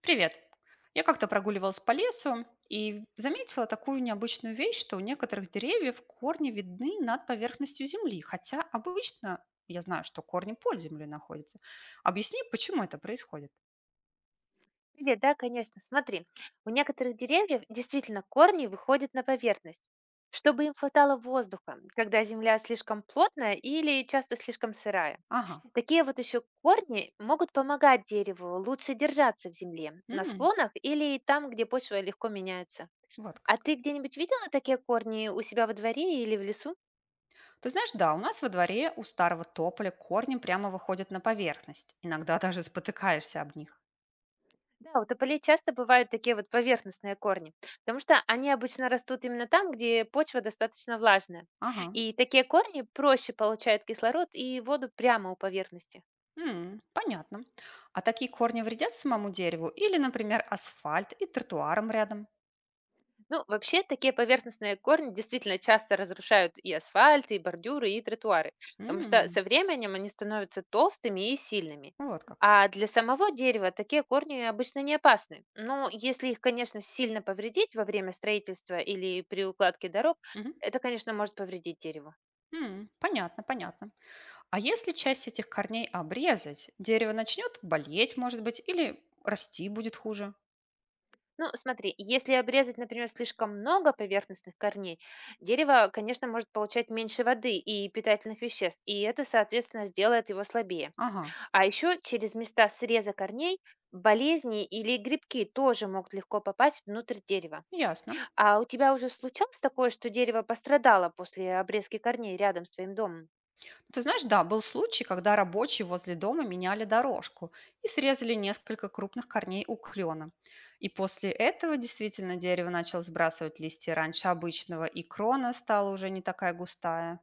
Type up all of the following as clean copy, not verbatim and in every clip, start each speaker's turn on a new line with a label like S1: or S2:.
S1: Привет. Я как-то прогуливалась по лесу и заметила такую необычную вещь, что у некоторых деревьев корни видны над поверхностью земли, хотя обычно я знаю, что корни под землей находятся. Объясни, почему это происходит?
S2: Привет, да, конечно. Смотри, у некоторых деревьев действительно корни выходят на поверхность, чтобы им хватало воздуха, когда земля слишком плотная или часто слишком сырая.
S1: Ага,
S2: Такие вот еще корни могут помогать дереву лучше держаться в земле, на
S1: м,
S2: склонах или там, где почва легко меняется.
S1: вот
S2: А
S1: как.
S2: ты где-нибудь видела такие корни у себя во дворе или в лесу?
S1: Ты знаешь, да, у нас во дворе у старого тополя корни прямо выходят на поверхность. Иногда даже спотыкаешься об них.
S2: Да, у тополей часто бывают такие вот поверхностные корни, потому что они обычно растут именно там, где почва достаточно влажная.
S1: Ага,
S2: И такие корни проще получают кислород и воду прямо у поверхности.
S1: м, понятно. А такие корни вредят самому дереву или, например, асфальт и тротуарам рядом?
S2: Ну, вообще, такие поверхностные корни действительно часто разрушают и асфальт, и бордюры, и тротуары, потому что
S1: М,
S2: со временем они становятся толстыми и сильными.
S1: вот как.
S2: А для самого дерева такие корни обычно не опасны. Но если их, конечно, сильно повредить во время строительства или при укладке дорог,
S1: Мгм.
S2: это, конечно, может повредить дереву.
S1: М, понятно, понятно. А если часть этих корней обрезать, дерево начнет болеть, может быть, или расти будет хуже?
S2: Ну, смотри, если обрезать, например, слишком много поверхностных корней, дерево, конечно, может получать меньше воды и питательных веществ, и это, соответственно, сделает его слабее.
S1: Ага,
S2: А еще через места среза корней болезни или грибки тоже могут легко попасть внутрь дерева.
S1: ясно.
S2: А у тебя уже случалось такое, что дерево пострадало после обрезки корней рядом с твоим домом?
S1: Ты знаешь, да, был случай, когда рабочие возле дома меняли дорожку и срезали несколько крупных корней у клена. И после этого действительно дерево начало сбрасывать листья раньше обычного, и крона стала уже не такая густая.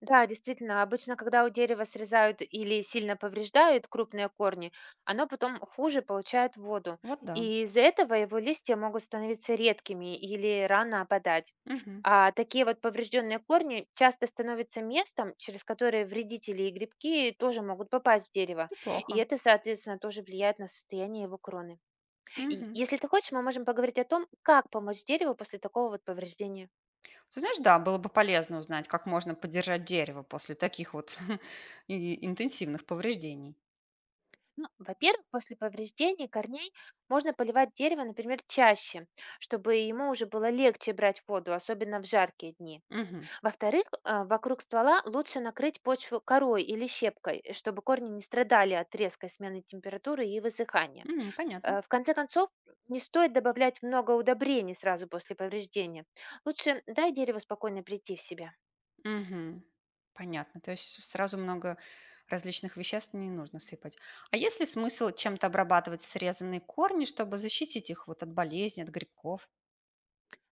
S2: Да, действительно, обычно, когда у дерева срезают или сильно повреждают крупные корни, оно потом хуже получает воду,
S1: Вот да.
S2: и из-за этого его листья могут становиться редкими или рано опадать.
S1: Мгм.
S2: А такие вот поврежденные корни часто становятся местом, через которое вредители и грибки тоже могут попасть в дерево, и
S1: Неплохо.
S2: это, соответственно, тоже влияет на состояние его кроны. И
S1: Мгм.
S2: если ты хочешь, мы можем поговорить о том, как помочь дереву после такого вот повреждения.
S1: Ты знаешь, да, было бы полезно узнать, как можно поддержать дерево после таких вот интенсивных повреждений.
S2: Ну, во-первых, после повреждений корней можно поливать дерево, например, чаще, чтобы ему уже было легче брать воду, особенно в жаркие дни.
S1: Мгм.
S2: Во-вторых, а, вокруг ствола лучше накрыть почву корой или щепкой, чтобы корни не страдали от резкой смены температуры и высыхания.
S1: М, понятно.
S2: В конце концов, не стоит добавлять много удобрений сразу после повреждения. Лучше дай дереву спокойно прийти в себя.
S1: Мгм. Понятно. То есть сразу много различных веществ не нужно сыпать. А есть ли смысл чем-то обрабатывать срезанные корни, чтобы защитить их вот от болезней, от грибков?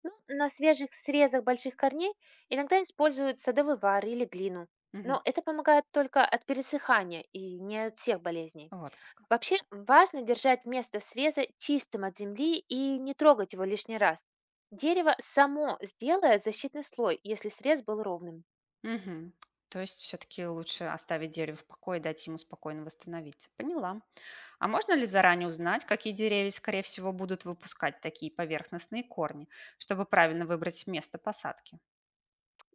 S2: Ну, на свежих срезах больших корней иногда используют садовый вар или глину,
S1: Мгм.
S2: но это помогает только от пересыхания и не от всех болезней.
S1: Вот как.
S2: Вообще важно держать место среза чистым от земли и не трогать его лишний раз. Дерево само сделает защитный слой, если срез был ровным.
S1: Мгм. То есть все-таки лучше оставить дерево в покое и дать ему спокойно восстановиться. Поняла. А можно ли заранее узнать, какие деревья, скорее всего, будут выпускать такие поверхностные корни, чтобы правильно выбрать место посадки?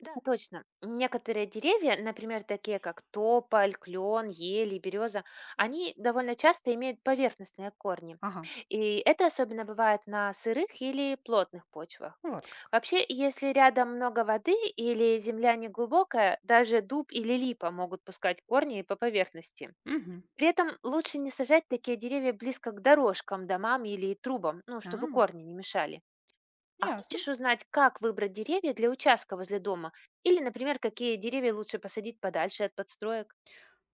S2: Да, точно. Некоторые деревья, например, такие как тополь, клен, ель и береза, они довольно часто имеют поверхностные корни.
S1: Ага,
S2: И это особенно бывает на сырых или плотных почвах.
S1: вот как.
S2: Вообще, если рядом много воды или земля неглубокая, даже дуб или липа могут пускать корни по поверхности.
S1: Угу.
S2: При этом лучше не сажать такие деревья близко к дорожкам, домам или трубам, ну,
S1: А,
S2: чтобы корни не мешали. А
S1: ясно.
S2: хочешь узнать, как выбрать деревья для участка возле дома? Или, например, какие деревья лучше посадить подальше от подстроек?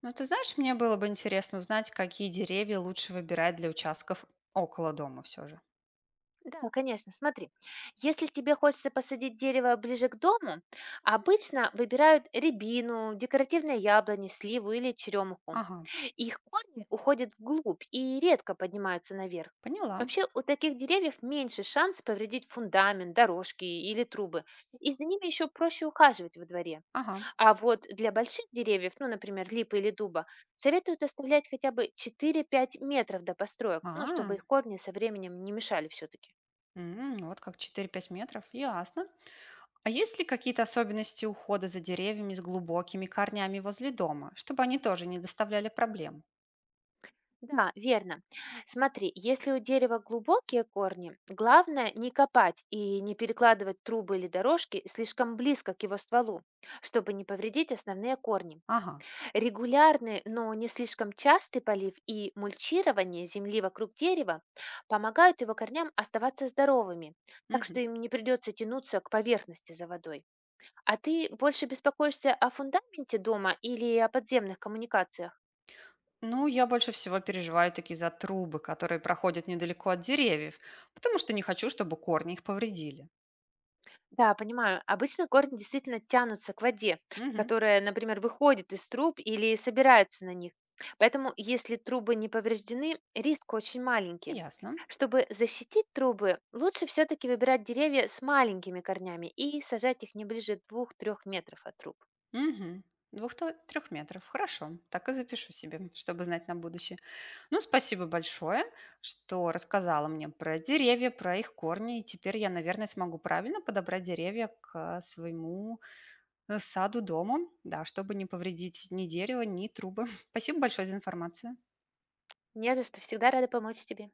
S1: Но ты знаешь, мне было бы интересно узнать, какие деревья лучше выбирать для участков около дома все же.
S2: Да, конечно, смотри. Если тебе хочется посадить дерево ближе к дому, обычно выбирают рябину, декоративные яблони, сливу или черемуху.
S1: Ага,
S2: Их корни уходят вглубь и редко поднимаются наверх.
S1: поняла.
S2: Вообще у таких деревьев меньше шанс повредить фундамент, дорожки или трубы, и за ними еще проще ухаживать во дворе.
S1: Ага.
S2: А вот для больших деревьев, ну, например, липы или дуба, советуют оставлять хотя бы 4–5 метров до построек, ну, чтобы
S1: А,
S2: их корни со временем не мешали все-таки.
S1: м, вот как, четыре-пять метров, ясно. А есть ли какие-то особенности ухода за деревьями с глубокими корнями возле дома, чтобы они тоже не доставляли проблем?
S2: Да, верно. Смотри, если у дерева глубокие корни, главное не копать и не перекладывать трубы или дорожки слишком близко к его стволу, чтобы не повредить основные корни.
S1: Ага.
S2: Регулярный, но не слишком частый полив и мульчирование земли вокруг дерева помогают его корням оставаться здоровыми, так что
S1: Мгм.
S2: им не придется тянуться к поверхности за водой. А ты больше беспокоишься о фундаменте дома или о подземных коммуникациях?
S1: Ну, я больше всего переживаю таки за трубы, которые проходят недалеко от деревьев, потому что не хочу, чтобы корни их повредили.
S2: Да, понимаю. Обычно корни действительно тянутся к воде,
S1: Мгм.
S2: которая, например, выходит из труб или собирается на них. Поэтому, если трубы не повреждены, риск очень маленький.
S1: Ясно.
S2: Чтобы защитить трубы, лучше все-таки выбирать деревья с маленькими корнями и сажать их не ближе двух-трёх метров от труб.
S1: Угу. Двух-трех метров. Хорошо. Так и запишу себе, чтобы знать на будущее. Ну, спасибо большое, что рассказала мне про деревья, про их корни. И теперь я, наверное, смогу правильно подобрать деревья к своему саду, дому, да, чтобы не повредить ни дерево, ни трубы. Спасибо большое за информацию.
S2: Не за что, всегда рада помочь тебе.